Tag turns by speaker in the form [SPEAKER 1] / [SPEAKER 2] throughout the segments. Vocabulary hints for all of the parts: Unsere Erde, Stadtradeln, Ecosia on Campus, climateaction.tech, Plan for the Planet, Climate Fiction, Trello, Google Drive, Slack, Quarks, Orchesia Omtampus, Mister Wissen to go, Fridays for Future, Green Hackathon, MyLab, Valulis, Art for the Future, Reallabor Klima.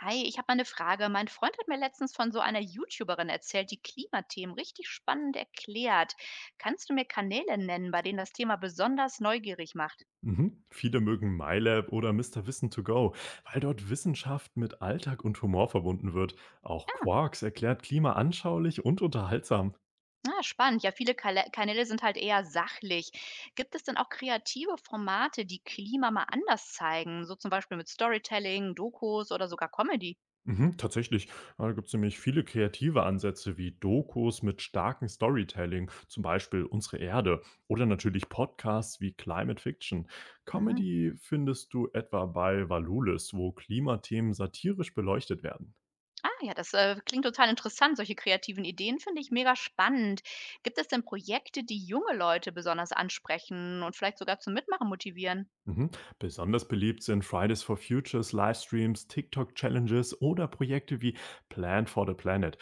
[SPEAKER 1] Hi, ich habe mal eine Frage. Mein Freund hat mir letztens von so einer YouTuberin erzählt, die Klimathemen richtig spannend erklärt. Kannst du mir Kanäle nennen, bei denen das Thema besonders neugierig macht?
[SPEAKER 2] Mhm. Viele mögen MyLab oder Mister Wissen to go, weil dort Wissenschaft mit Alltag und Humor verbunden wird. Auch
[SPEAKER 1] Ah,
[SPEAKER 2] Quarks erklärt Klima anschaulich und unterhaltsam.
[SPEAKER 1] ah, spannend. Ja, viele Kanäle sind halt eher sachlich. Gibt es denn auch kreative Formate, die Klima mal anders zeigen? So zum Beispiel mit Storytelling, Dokus oder sogar Comedy?
[SPEAKER 2] Mhm, tatsächlich, ja, da gibt es nämlich viele kreative Ansätze wie Dokus mit starkem Storytelling, zum Beispiel Unsere Erde, oder natürlich Podcasts wie Climate Fiction.
[SPEAKER 1] Mhm.
[SPEAKER 2] Comedy findest du etwa bei Valulis, wo Klimathemen satirisch beleuchtet werden.
[SPEAKER 1] Ah ja, das klingt total interessant. Solche kreativen Ideen finde ich mega spannend. Gibt es denn Projekte, die junge Leute besonders ansprechen und vielleicht sogar zum Mitmachen motivieren?
[SPEAKER 2] Mhm. Besonders beliebt sind Fridays for Futures, Livestreams, TikTok-Challenges oder Projekte wie Plan for the Planet,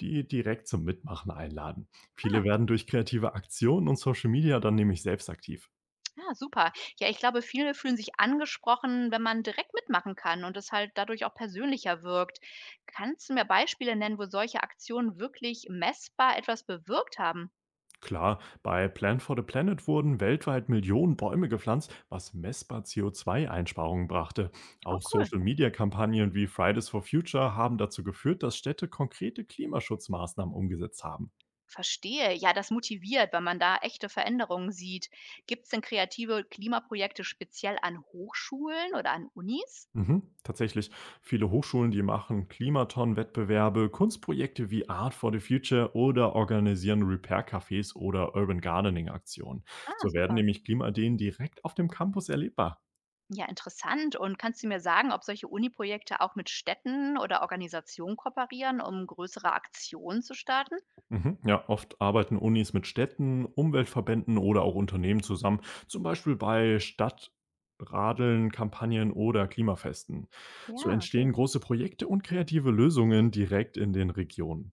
[SPEAKER 2] die direkt zum Mitmachen einladen. Viele
[SPEAKER 1] Ah,
[SPEAKER 2] werden durch kreative Aktionen und Social Media dann nämlich selbst aktiv.
[SPEAKER 1] ja, super. Ja, ich glaube, viele fühlen sich angesprochen, wenn man direkt mitmachen kann und es halt dadurch auch persönlicher wirkt. Kannst du mir Beispiele nennen, wo solche Aktionen wirklich messbar etwas bewirkt haben?
[SPEAKER 2] Klar, bei Plan for the Planet wurden weltweit Millionen Bäume gepflanzt, was messbar CO2-Einsparungen brachte.
[SPEAKER 1] Oh,
[SPEAKER 2] Auch
[SPEAKER 1] cool.
[SPEAKER 2] Social-Media-Kampagnen wie Fridays for Future haben dazu geführt, dass Städte konkrete Klimaschutzmaßnahmen umgesetzt haben.
[SPEAKER 1] Verstehe. Ja, das motiviert, weil man da echte Veränderungen sieht. Gibt es denn kreative Klimaprojekte speziell an Hochschulen oder an Unis?
[SPEAKER 2] Mhm. Tatsächlich, viele Hochschulen, die machen Klimaton-Wettbewerbe, Kunstprojekte wie Art for the Future oder organisieren Repair-Cafés oder Urban Gardening-Aktionen.
[SPEAKER 1] Ah,
[SPEAKER 2] So werden
[SPEAKER 1] super.
[SPEAKER 2] nämlich Klimaideen direkt auf dem Campus erlebbar.
[SPEAKER 1] Ja, interessant. Und kannst du mir sagen, ob solche Uni-Projekte auch mit Städten oder Organisationen kooperieren, um größere Aktionen zu starten?
[SPEAKER 2] Mhm. Ja, oft arbeiten Unis mit Städten, Umweltverbänden oder auch Unternehmen zusammen, zum Beispiel bei Stadtradeln, Kampagnen oder Klimafesten. So
[SPEAKER 1] Ja, okay.
[SPEAKER 2] entstehen große Projekte und kreative Lösungen direkt in den Regionen.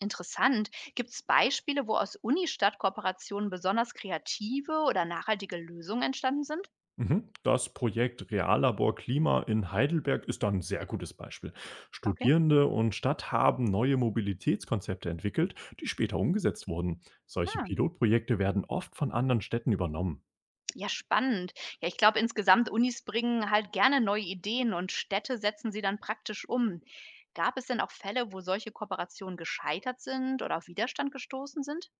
[SPEAKER 1] Interessant. Gibt es Beispiele, wo aus Uni-Stadt-Kooperationen besonders kreative oder nachhaltige Lösungen entstanden sind?
[SPEAKER 2] Mhm. Das Projekt Reallabor Klima in Heidelberg ist da 'n sehr gutes Beispiel.
[SPEAKER 1] Okay.
[SPEAKER 2] Studierende und Stadt haben neue Mobilitätskonzepte entwickelt, die später umgesetzt wurden. Solche
[SPEAKER 1] Ja.
[SPEAKER 2] Pilotprojekte werden oft von anderen Städten übernommen.
[SPEAKER 1] Ja, spannend. Ja, ich glaube, insgesamt Unis bringen halt gerne neue Ideen und Städte setzen sie dann praktisch um. Gab es denn auch Fälle, wo solche Kooperationen gescheitert sind oder auf Widerstand gestoßen sind?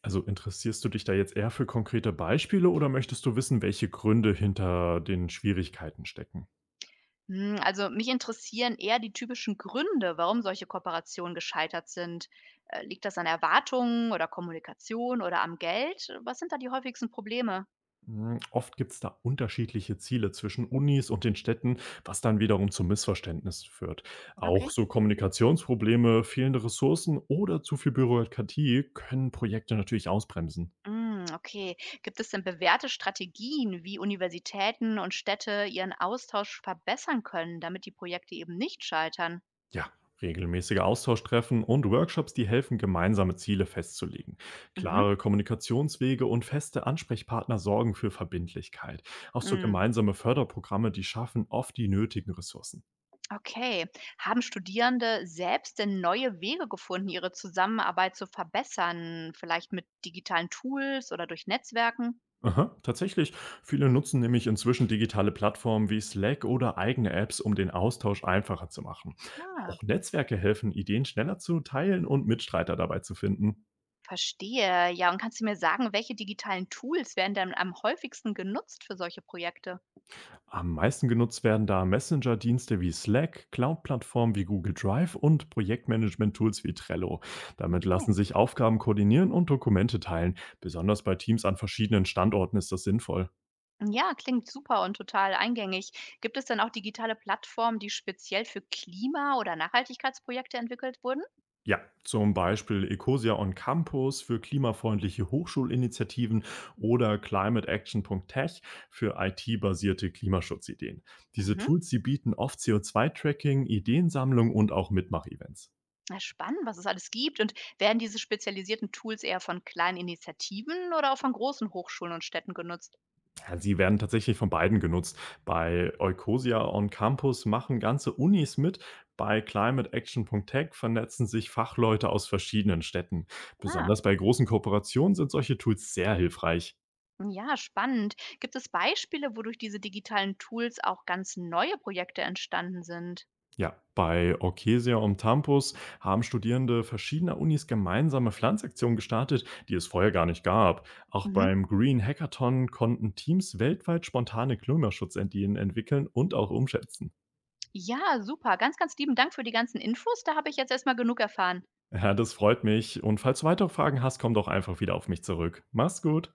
[SPEAKER 2] Also interessierst du dich da jetzt eher für konkrete Beispiele, oder möchtest du wissen, welche Gründe hinter den Schwierigkeiten stecken?
[SPEAKER 1] Hm, also mich interessieren eher die typischen Gründe, warum solche Kooperationen gescheitert sind. Liegt das an Erwartungen oder Kommunikation oder am Geld? Was sind da die häufigsten Probleme?
[SPEAKER 2] Hm, oft gibt es da unterschiedliche Ziele zwischen Unis und den Städten, was dann wiederum zu Missverständnissen führt. Auch
[SPEAKER 1] Okay.
[SPEAKER 2] so Kommunikationsprobleme, fehlende Ressourcen oder zu viel Bürokratie können Projekte natürlich ausbremsen.
[SPEAKER 1] Hm, okay. Gibt es denn bewährte Strategien, wie Universitäten und Städte ihren Austausch verbessern können, damit die Projekte eben nicht scheitern?
[SPEAKER 2] Ja, regelmäßige Austauschtreffen und Workshops, die helfen, gemeinsame Ziele festzulegen.
[SPEAKER 1] Mhm.
[SPEAKER 2] Klare Kommunikationswege und feste Ansprechpartner sorgen für Verbindlichkeit. Auch so
[SPEAKER 1] Hm,
[SPEAKER 2] gemeinsame Förderprogramme, die schaffen oft die nötigen Ressourcen.
[SPEAKER 1] okay. Haben Studierende selbst denn neue Wege gefunden, ihre Zusammenarbeit zu verbessern, vielleicht mit digitalen Tools oder durch Netzwerken?
[SPEAKER 2] Aha, tatsächlich. Viele nutzen nämlich inzwischen digitale Plattformen wie Slack oder eigene Apps, um den Austausch einfacher zu machen.
[SPEAKER 1] Ja,
[SPEAKER 2] Auch Netzwerke helfen, Ideen schneller zu teilen und Mitstreiter dabei zu finden.
[SPEAKER 1] verstehe. Ja, und kannst du mir sagen, welche digitalen Tools werden denn am häufigsten genutzt für solche Projekte?
[SPEAKER 2] Am meisten genutzt werden da Messenger-Dienste wie Slack, Cloud-Plattformen wie Google Drive und Projektmanagement-Tools wie Trello. Damit
[SPEAKER 1] Okay.
[SPEAKER 2] lassen sich Aufgaben koordinieren und Dokumente teilen. Besonders bei Teams an verschiedenen Standorten ist das sinnvoll.
[SPEAKER 1] Ja, klingt super und total eingängig. Gibt es denn auch digitale Plattformen, die speziell für Klima- oder Nachhaltigkeitsprojekte entwickelt wurden?
[SPEAKER 2] Ja, zum Beispiel Ecosia on Campus für klimafreundliche Hochschulinitiativen oder climateaction.tech für IT-basierte Klimaschutzideen. Diese
[SPEAKER 1] Mhm.
[SPEAKER 2] Tools, sie bieten oft CO2-Tracking, Ideensammlung und auch Mitmach-Events.
[SPEAKER 1] Na, spannend, was es alles gibt. Und werden diese spezialisierten Tools eher von kleinen Initiativen oder auch von großen Hochschulen und Städten genutzt?
[SPEAKER 2] Ja, sie werden tatsächlich von beiden genutzt. Bei Ecosia on Campus machen ganze Unis mit. Bei climateaction.tech vernetzen sich Fachleute aus verschiedenen Städten.
[SPEAKER 1] Ah,
[SPEAKER 2] Besonders bei großen Kooperationen sind solche Tools sehr hilfreich.
[SPEAKER 1] ja, spannend. Gibt es Beispiele, wodurch diese digitalen Tools auch ganz neue Projekte entstanden sind?
[SPEAKER 2] Ja, bei Orchesia Omtampus haben Studierende verschiedener Unis gemeinsame Pflanzaktionen gestartet, die es vorher gar nicht gab. Auch
[SPEAKER 1] Mhm.
[SPEAKER 2] beim Green Hackathon konnten Teams weltweit spontane Klimaschutzideen entwickeln und auch umschätzen.
[SPEAKER 1] Ja, super. Ganz, ganz lieben Dank für die ganzen Infos. Da habe ich jetzt erstmal genug erfahren.
[SPEAKER 2] Ja, das freut mich. Und falls du weitere Fragen hast, komm doch einfach wieder auf mich zurück. Mach's gut.